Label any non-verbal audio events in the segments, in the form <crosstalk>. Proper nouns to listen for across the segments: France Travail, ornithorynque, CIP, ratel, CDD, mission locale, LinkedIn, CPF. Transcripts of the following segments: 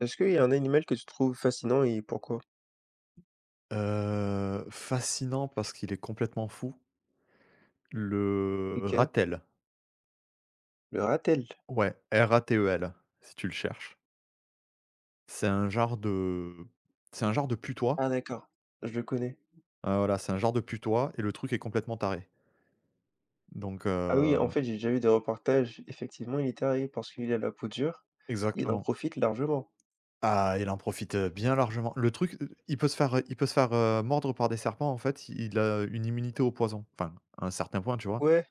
Est-ce qu'il y a un animal que tu trouves fascinant et pourquoi? Fascinant parce qu'il est complètement fou. Le OK, ratel, le ratel. ouais, Ratel, si tu le cherches. C'est un genre de c'est un genre de putois, Ah d'accord, je le connais. Voilà, c'est un genre de putois et le truc est complètement taré. Donc Ah oui, en heu fait, j'ai déjà vu des reportages. Effectivement, il est terrier parce qu'il a la peau dure. Il en Exactement. profite largement. Ah, il en profite, bien largement. Le truc, il peut se faire mordre par des serpents, en fait, il a une immunité au poison. Enfin, à un certain point, tu vois? Ouais,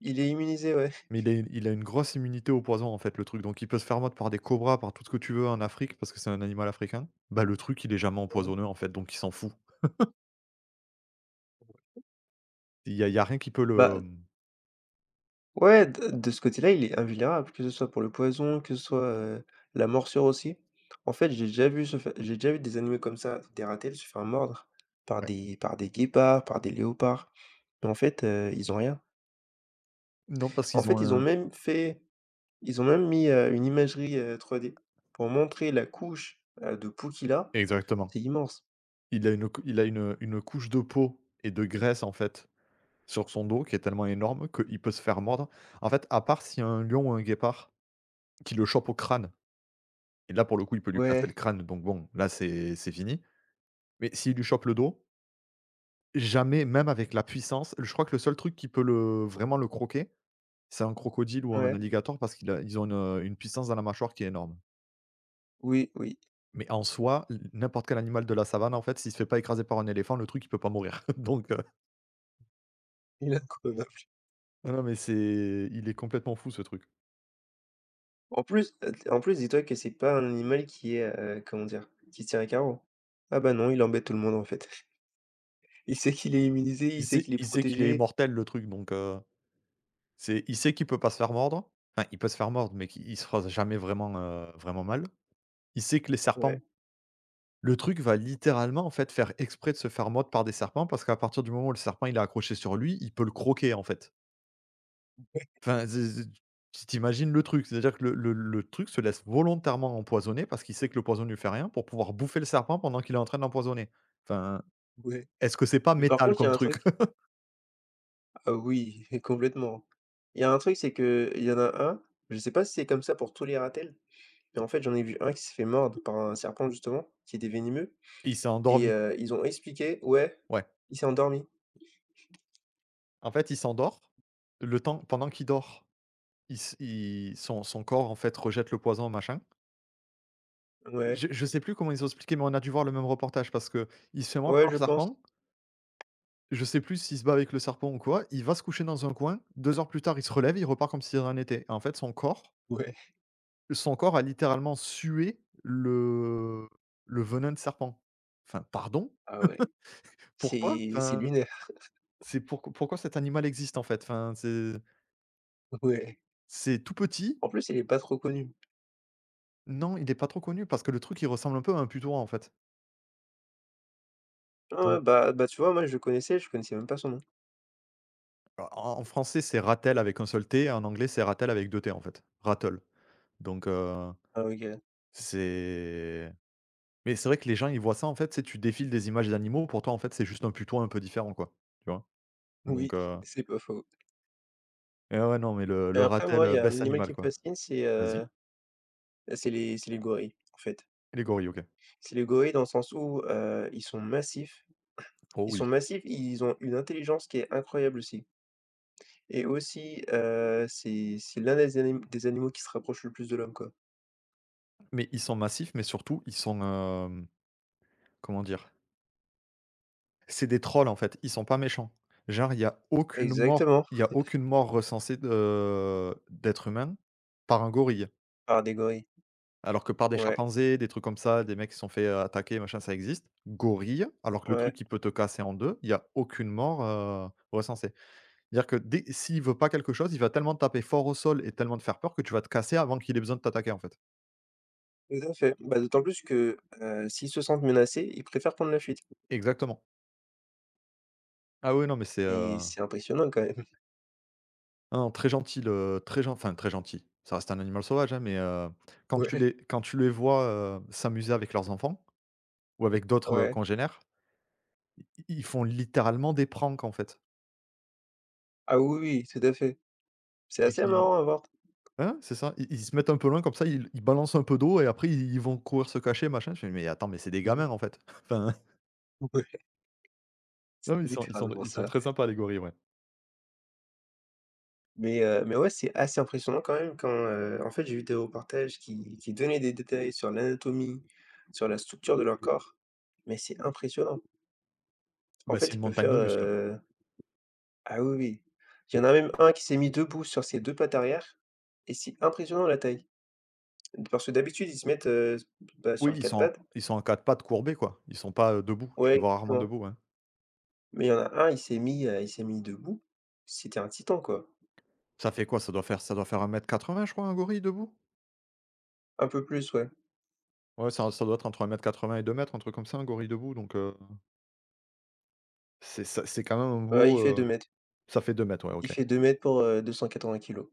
il est immunisé, ouais. Mais il a une grosse immunité au poison, en fait, le truc, donc il peut se faire mordre par des cobras, par tout ce que tu veux en Afrique, parce que c'est un animal africain. Bah, le truc, il est jamais Ouais. empoisonneux, en fait, donc il s'en fout. Il y a rien qui peut le. Bah, Mmh ouais, de ce côté-là, il est invulnérable, que ce soit pour le poison, que ce soit, la morsure aussi. En fait, j'ai déjà vu se fai j'ai déjà vu des animaux comme ça, des ratels, se faire mordre par ouais. des guépards, par des léopards. Mais en fait, ils ont rien. Non, parce En qu'ils ont fait, ils ont un. même fait Ils ont même mis, une imagerie, 3D pour montrer la couche, de poux qu'il a. Exactement. C'est immense. Il a une couche de peau et de graisse, en fait, sur son dos qui est tellement énorme qu'il peut se faire mordre. En fait, à part s'il y a un lion ou un guépard qui le chope au crâne et là, pour le coup, il peut lui casser Ouais, le crâne, donc bon, là, c'est fini. Mais s'il lui chope le dos. Jamais, même avec la puissance, je crois que le seul truc qui peut le vraiment le croquer, c'est un crocodile ou un ouais, alligator parce qu'ils ont une puissance dans la mâchoire qui est énorme. oui, oui, Mais en soi, l n'importe quel animal de la savane, en fait, s'il se fait pas écraser par un éléphant, le truc, il peut pas mourir. <laughs> Donc, il est incroyable. non, non, mais c'est il est complètement fou ce truc. En plus, dis-toi que c'est pas un animal qui est, comment dire? Qui se tient à carreaux. Ah bah non, il embête tout le monde en fait. <laughs> Il sait qu'il est immunisé, Il il sait sait qu'il est il sait qu'il est protégé. immortel le truc donc, c'est il sait qu'il peut pas se faire mordre. Enfin, il peut se faire mordre mais qu'il il se fera jamais vraiment, vraiment mal. Il sait que les serpents. Ouais, Le truc va littéralement, en fait, faire exprès de se faire mordre par des serpents parce qu'à partir du moment où le serpent, il est accroché sur lui, il peut le croquer, en fait. Enfin, c'est tu tu le truc, c'est-à-dire que le truc se laisse volontairement empoisonner parce qu'il sait que le poison ne lui fait rien pour pouvoir bouffer le serpent pendant qu'il est en train de l'empoisonner. Enfin, ouais. est-ce que c'est pas Mais par métal contre, il y comme a un truc? truc. <laughs> Ah oui, <laughs> complètement. Il y a un truc, c'est que il y en a un, je sais pas si c'est comme ça pour tous les rattels, mais en fait, j'en ai vu un qui s'est fait mordre par un serpent justement, qui était venimeux. Il s'est Et endormi. Ils ont expliqué, ouais, Ouais. il s'est endormi. En fait, il s'endort. Le temps pendant qu'il dort, il s il son son corps, en fait, rejette le poison, machin. Ouais, Je sais plus comment ils ont expliqué, mais on a dû voir le même reportage parce que il se fait mordre ouais, par je le pense. serpent. Je sais plus s'il se bat avec le serpent ou quoi, il va se coucher dans un coin, 2 heures plus tard, il se relève, il repart comme si de rien n'était. En fait, son corps Ouais, son corps a littéralement sué le venin de serpent. Enfin, pardon? ah ouais, Pourquoi? c'est Enfin, lunaire. <laughs> c'est pourquoi cet animal existe, en fait? Enfin, c'est Ouais. c'est tout petit. En plus, il est pas trop connu. Non, il est pas trop connu parce que le truc, il ressemble un peu à un putois, en fait. Ouais, ouais, Donc bah bah, tu vois, moi, je le connaissais, je connaissais même pas son nom. en en français, c'est rattle avec un seul T, en anglais, c'est rattle avec 2 T, en fait. Rattle. Donc, Ah OK. c'est. Mais c'est vrai que les gens, ils voient ça en fait, tu sais, tu défiles des images d'animaux, pour toi en fait, c'est juste un putois un peu différent quoi, tu vois? Oui, Donc heu <laughs> c'est pas faux. et ouais, ouais, non, mais le Mais le après, ratel, moi, il y a un best animal qui animal me quoi. fascine, c'est, Vas-y? Bah, c'est les gorilles, en fait. Les gorilles, OK. C'est les gorilles dans le sens où, ils sont massifs. Oh Ils sont oui. massifs, ils ont une intelligence qui est incroyable aussi. Et aussi, c'est l'un des animaux qui se rapproche le plus de l'homme, quoi. Mais ils sont massifs, mais surtout ils sont, comment dire? C'est des trolls en fait, ils sont pas méchants. Genre il y a aucune mort Exactement. il y a aucune mort recensée de d'êtres humains par un gorille. Par des gorilles. Alors que par des Ouais, chimpanzés, des trucs comme ça, des mecs qui se sont fait, attaquer machin, ça existe. Gorille, alors que le ouais, truc il peut te casser en 2, il y a aucune mort, recensée. C'est-à-dire que dès s'il veut pas quelque chose, il va tellement te taper fort au sol et tellement te faire peur que tu vas te casser avant qu'il ait besoin de t'attaquer, en fait. tout à fait. Bah, d'autant plus que, s'ils se sentent menacés, ils préfèrent prendre la fuite. Exactement. Ah oui, non mais c'est, Mais c'est impressionnant quand même. <laughs> non, non, très gentil le très gen enfin très gentil, ça reste un animal sauvage, hein, mais, quand tu Ouais, les quand tu les vois, s'amuser avec leurs enfants ou avec d'autres, ouais. congénères, i ils font littéralement des pranks, en fait. Ah oui, oui, tout à fait. C'est assez marrant à voir. Hein, c'est ça. Ils se mettent un peu loin comme ça, ils balancent un peu d'eau et après ils vont courir se cacher machin. Je fais: «Mais attends, mais c'est des gamins en <laughs> fait». <laughs> Enfin, Ouais, c'est non mais ils sont ils sont littéralement ils sont ça. très sympas les gorilles, ouais. Mais ouais, c'est assez impressionnant quand même quand, en fait, j'ai vu des reportages qui donnaient des détails sur l'anatomie, sur la structure de leur corps. Mais c'est impressionnant. En Bah, fait, c'est ils une peuvent montagne faire, de muscles. heu Ah oui, oui. Il y en a même un qui s'est mis debout sur ses 2 pattes arrière et c'est impressionnant la taille. Parce que d'habitude, ils se mettent, bah, Oui, sur ils 4 sont pattes. ils sont en 4 pattes courbés quoi. Ils sont pas, debout. Tu Ouais, les vois rarement exactement. debout, ouais. Mais il y en a un, il s'est mis debout. C'était un titan, quoi. Ça fait quoi? Ça doit faire 1 m 80 je crois un gorille debout? Un peu plus, ouais. Ouais, ça doit être entre un mètre 80 et deux mètres, un truc comme ça, un gorille debout donc, c'est ça, c'est quand même un Ouais, il beau, fait deux mètres. ça fait 2 mètres, ouais, Il OK. fait deux mètres pour, 280 kilos.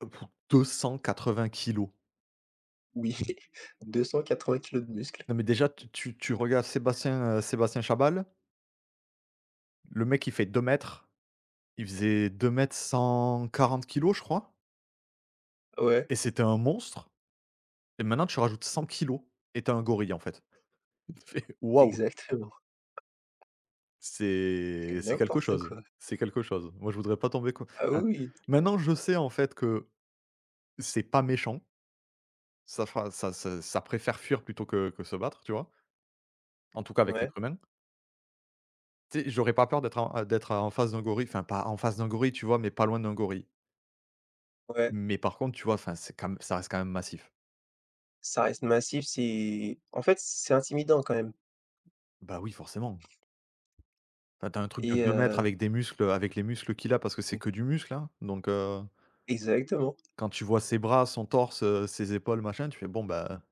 Pour 20 kilos. Oui, <laughs> 280 kilos de muscles. Non mais déjà tu regardes Sébastien, Sébastien Chabal. Le mec, il fait 2 mètres, il faisait deux mètres 140 kilos je crois Ouais, et c'était un monstre et maintenant tu rajoutes 100 kilos, et tu un gorille, en fait. <laughs> Tu fais: «Waouh, exactement. C'est c'est quelque n'importe chose, quoi. c'est quelque chose». Moi, je voudrais pas tomber co Ah enfin, oui, oui. maintenant je sais, en fait, que c'est pas méchant, ça fera ça ça ça préfère fuir plutôt que se battre, tu vois? En tout cas avec Ouais, l'être humain. Tu sais, j'aurais pas peur d'être en face d'un gorille, enfin pas en face d'un gorille, tu vois? Mais pas loin d'un gorille. ouais. Mais par contre, tu vois, enfin, c'est quand même ça reste quand même massif. Ça reste massif, c'est en fait, c'est intimidant quand même. Bah oui, forcément. Enfin, t'as as un truc de et 2 mètres heu avec des muscles, avec les muscles qu'il a parce que c'est que du muscle, hein, donc, Exactement. quand tu vois ses bras, son torse, ses épaules, machin, tu fais: «Bon, bah,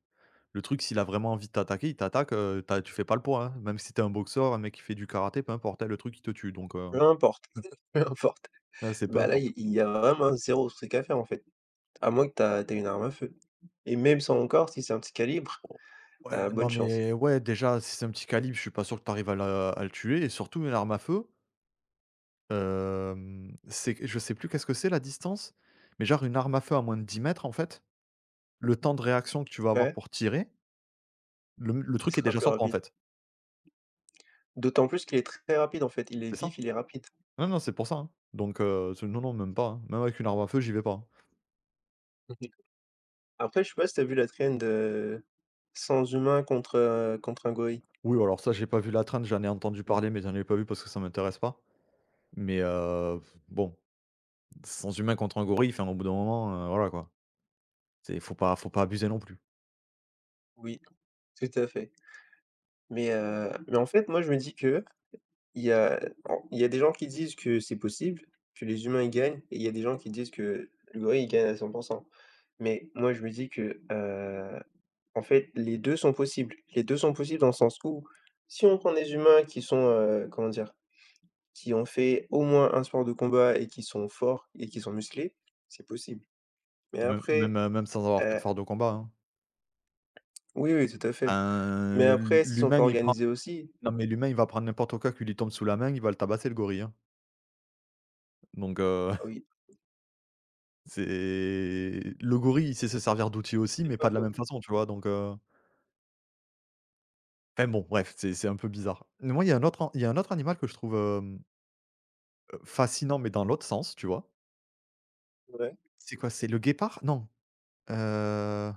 le truc, s'il a vraiment envie de t'attaquer, il t'attaque, tu fais pas le poids, hein». Même si t'es un boxeur, un mec qui fait du karaté, peu importe, hein, le truc, il te tue donc, Peu importe, <laughs> peu importe. là, c'est peu Bah, là, importe. il y a vraiment zéro truc à faire, en fait. À moins que t'as as une arme à feu et même sans encore, si c'est un petit calibre, Oh. Ouais, non, bonne chance. mais ouais, déjà, si c'est un petit calibre, je suis pas sûr que t'arrives à le tuer et surtout une arme à feu, c'est que je sais plus qu'est-ce que c'est la distance, mais genre une arme à feu à moins de 10 mètres en fait, le temps de réaction que tu vas avoir Ouais, pour tirer. Le il truc est sera déjà plus sorti en rapide. fait, D'autant plus qu'il est très rapide, en fait, il est c'est vif, ça. il est rapide. Non, non, c'est pour ça, hein. Donc, c'est non, non, même pas, hein. Même avec une arme à feu, j'y vais pas, hein. Mmh. Après, je sais pas si t'as vu la trend, sans humain contre, contre un gorille? Oui, alors ça, j'ai pas vu la traîne, j'en ai entendu Mmh. parler, mais j'en ai pas vu parce que ça m'intéresse pas. Mais, bon, sans humain contre un gorille, enfin au bout d'un moment, voilà quoi. C'est faut pas abuser non plus. Oui, tout à fait. Mais en fait, moi, je me dis que Il y a il y a des gens qui disent que c'est possible, que les humains, ils gagnent et il y a des gens qui disent que le gorille, il gagne à 100. Mais moi, je me dis que, en fait, les 2 sont possibles. Les 2 sont possibles dans le sens où, si on prend des humains qui sont, comment dire? Qui ont fait au moins un sport de combat et qui sont forts et qui sont musclés, c'est possible. Mais Même même, après, heu, même sans avoir fait heu de phare de combat, hein. oui, oui, tout à fait. Enfin, Mais après, s'ils sont l'humain, pas il prend organisés aussi, non mais l'humain, il va prendre n'importe quoi qui lui tombe sous la main, il va le tabasser le gorille, hein. Donc, ah oui, <laughs> c'est le gorille, il sait se servir d'outils aussi, c'est mais pas pas de la faux. même façon, tu vois? Enfin bon, bref, c'est un peu bizarre. Mais moi, il y a un autre animal que je trouve, fascinant, mais dans l'autre sens, tu vois? Ouais, C'est quoi? C'est le guépard? Non, heu,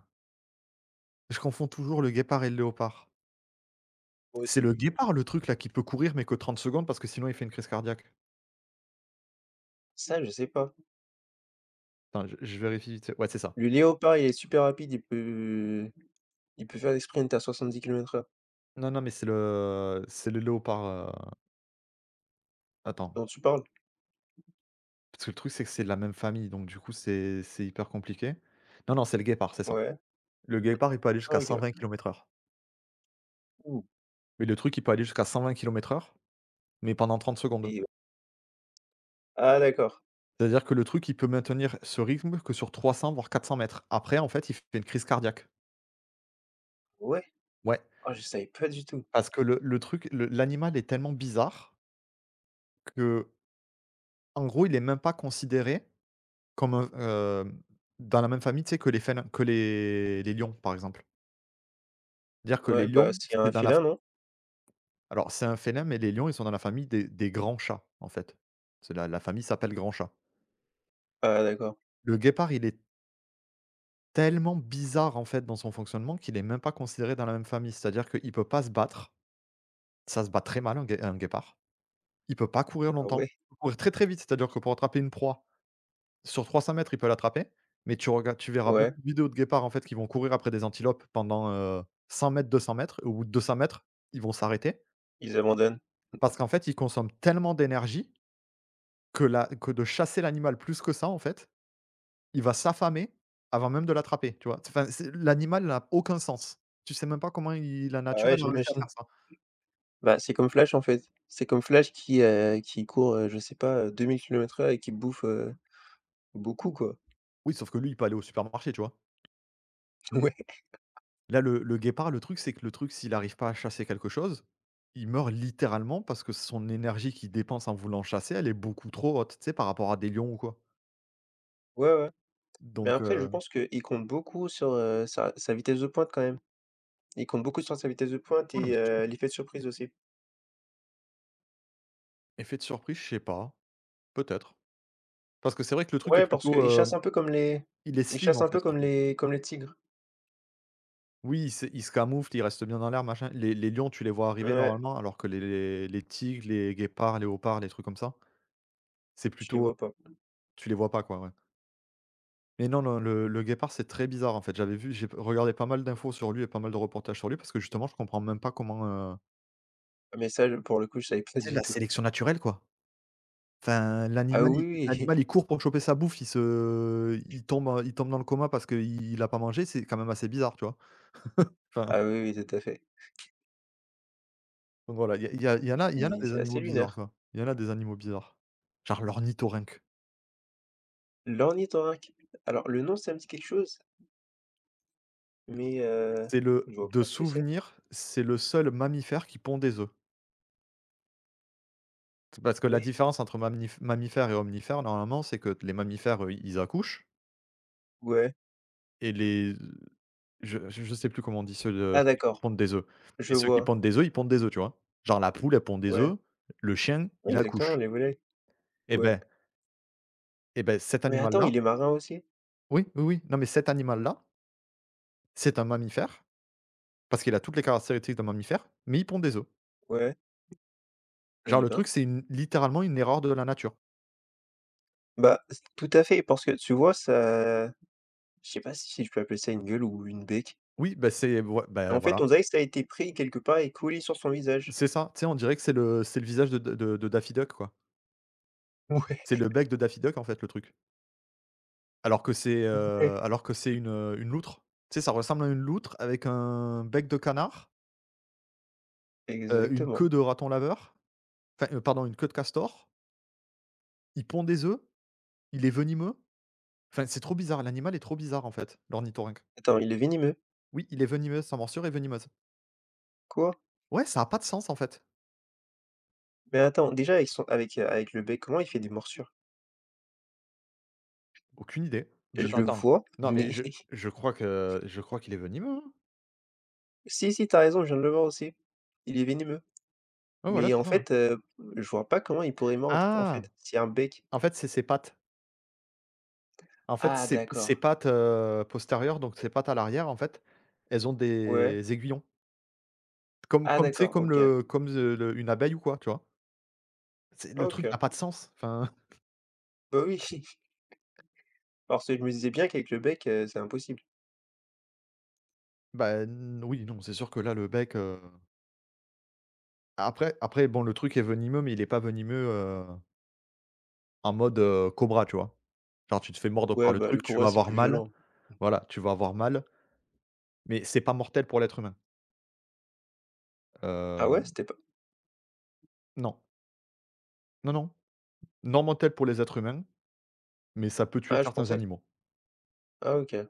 je confonds toujours le guépard et le léopard. moi C'est aussi. le guépard, le truc là qui peut courir, mais que 30 secondes parce que sinon il fait une crise cardiaque? Ça, je sais pas. Attends, je vérifie vite fait. Ouais, c'est ça. Le léopard, il est super rapide, il peut faire des sprints à 70 km/h. Non, non, mais c'est le léopard, attends, Dont tu parles? parce que le truc, c'est que c'est de la même famille, donc du coup, c'est hyper compliqué. Non, non, c'est le guépard, c'est ça. Ouais. Le guépard, il peut aller Ah jusqu'à OK. 120 kilomètres heure. Mmh Mais le truc, il peut aller jusqu'à 120 kilomètres heure. Mais pendant 30 secondes. et ah, d'accord. C'est-à-dire que le truc, il peut maintenir ce rythme que sur 300 voire 400 mètres. Après, en fait, il fait une crise cardiaque. Ouais? Ouais, Ah je savais pas du tout. parce que le truc, le l'animal est tellement bizarre que en gros, il est même pas considéré comme un, hem, dans la même famille, tu sais, que les félins que les lions, par exemple. C'est-à-dire que Ouais, les bah, lions, c'est c'est un dans la félin, non? alors c'est un félin, mais les lions, ils sont dans la famille des grands chats, en fait. C'est la famille s'appelle grand chat. Ah d'accord. Le guépard, il est tellement bizarre, en fait, dans son fonctionnement qu'il est même pas considéré dans la même famille. C'est-à-dire qu'il peut pas se battre, ça se bat très mal un guépard. Il peut pas courir Ah longtemps, ouais? il peut courir très, très vite. C'est-à-dire que pour attraper une proie, sur 300 mètres il peut l'attraper, mais tu verras Ouais, beaucoup de vidéos de guépards, en fait, qui vont courir après des antilopes pendant, 100 m, 200 mètres et au bout de 200 mètres ils vont s'arrêter ils abandonnent. parce qu'en fait, ils consomment tellement d'énergie que de chasser l'animal plus que ça, en fait. Il va s'affamer avant même de l'attraper, tu vois? Enfin, c'est l'animal n'a aucun sens. Tu sais même pas comment il la Ah nature, ouais, elle a réussi à j'imagine. faire ça. Bah, c'est comme Flash, en fait. C'est comme Flash qui court, je sais pas, 2000 km/h et qui bouffe, beaucoup, quoi. Oui, sauf que lui, il peut aller au supermarché, tu vois? <laughs> Ouais. Là, le guépard, le truc, c'est que le truc, s'il arrive pas à chasser quelque chose, il meurt littéralement parce que son énergie qu'il dépense en voulant chasser, elle est beaucoup trop haute, tu sais, par rapport à des lions ou quoi. Ouais, ouais. Mais Donc après, je pense qu'il compte beaucoup sur, sa vitesse de pointe quand même. Il compte beaucoup sur sa vitesse de pointe ouais, non, mais et c'est sûr. L'effet de surprise aussi. Effet de surprise, je sais pas, peut-être. Parce que c'est vrai que le truc est Ouais, parce plutôt, qu'ils chassent un peu comme les il est ils slim, chassent en un fait, peu surtout. Comme les tigres. Oui, il se camoufle, il reste bien dans l'air, machin. Les lions, tu les vois arriver Ouais, normalement, alors que les tigres, les guépards, les léopards, les trucs comme ça, c'est je les plutôt, vois pas. tu les vois pas, quoi, ouais. Mais non, non, le guépard, c'est très bizarre, en fait. J'ai regardé pas mal d'infos sur lui et pas mal de reportages sur lui parce que justement, je comprends même pas comment, Mais ça, je pour le coup, je savais pas tu sais, du la tout. sélection naturelle, quoi. Enfin, Ah oui, oui, l'animal, il court pour choper sa bouffe, il tombe dans le coma parce qu'il a pas mangé, c'est quand même assez bizarre, tu vois? <laughs> Enfin. ah oui, oui, tout à fait. Donc voilà, il y a il y a il y en a il y en a Il des C'est assez animaux lunaire. bizarres, quoi. Il y en a des animaux bizarres. Genre l'ornithorynque. L'ornithorynque. Alors le nom, ça me dit quelque chose, mais C'est je le vois de pas ce que c'est. souvenir, c'est le seul mammifère qui pond des œufs. C'est parce que la Oui, différence entre mammifères et omnifères, normalement, c'est que les mammifères, ils accouchent ouais. et les je sais plus comment on dit Ah ceux qui d'accord, pondent des œufs je et ceux qui vois. pondent des œufs, ils pondent des œufs, tu vois? Genre la poule, elle pond des Ouais. œufs, le chien, Oui, il exactement, accouche les volets. et Ouais. ben, cet Mais attends, animal-là, il est marin aussi? oui, oui, oui, non, mais cet animal-là, c'est un mammifère. Parce qu'il a toutes les caractéristiques d'un mammifère, mais il pond des œufs. Ouais. Genre Eh le ben. truc, c'est une littéralement une erreur de la nature. Bah, c tout à fait, parce que tu vois, ça, je sais pas si je peux appeler ça une gueule ou une bec. Oui, bah, En fait, voilà, on dirait que ça a été pris quelque part et collé sur son visage. c'est ça. Tu sais, on dirait que c'est le visage de Daffy Duck, quoi. C'est Ouais, le bec de Daffy Duck, en fait, le truc. Ouais. Alors que c'est, une loutre. Tu sais, ça ressemble à une loutre avec un bec de canard, une Exactement. queue de raton laveur, enfin, pardon, une queue de castor. Il pond des œufs, il est venimeux. Enfin, c'est trop bizarre, l'animal est trop bizarre, en fait, l'ornithorynque. Attends, il est venimeux? Oui, il est venimeux, sa morsure est venimeuse. Quoi? Ouais, ça a pas de sens, en fait. Mais attends, déjà avec le bec, comment il fait des morsures? Aucune idée. Je Je le Attends, vois, non, mais mais <laughs> je crois qu'il est venimeux, hein? si, si, t'as raison, je viens de le voir aussi. Il est venimeux. Ouais, voilà, Mais en c'est ça, ouais. fait, je vois pas comment il pourrait mordre, en Ah! fait, c'est un bec. En fait, c'est ses pattes. En fait, Ah ses d'accord. pattes, postérieures, donc ses pattes à l'arrière, en fait, elles ont Ouais. des aiguillons. Comme Ah comme tu sais, d'accord, comme OK. le comme ze le une abeille ou quoi, tu vois? C'est le truc OK. n'a pas de sens, enfin, <laughs> Bah oui, <laughs> parce que je me disais bien qu'avec le bec, c'est impossible. bah, n oui, non, c'est sûr que là, le bec, après, bon, le truc est venimeux, mais il est pas venimeux, en mode, cobra, tu vois? Genre, tu te fais mordre par Ouais, le bah, le truc, tu courroie, vas c'est avoir plus mal, violent. voilà, tu vas avoir mal. Mais c'est pas mortel pour l'être humain. Ah ouais? Heu, C'était pas, non. Non, non. Non mortel pour les êtres humains, mais ça peut tuer ah, je certains pensais que, animaux. ah OK.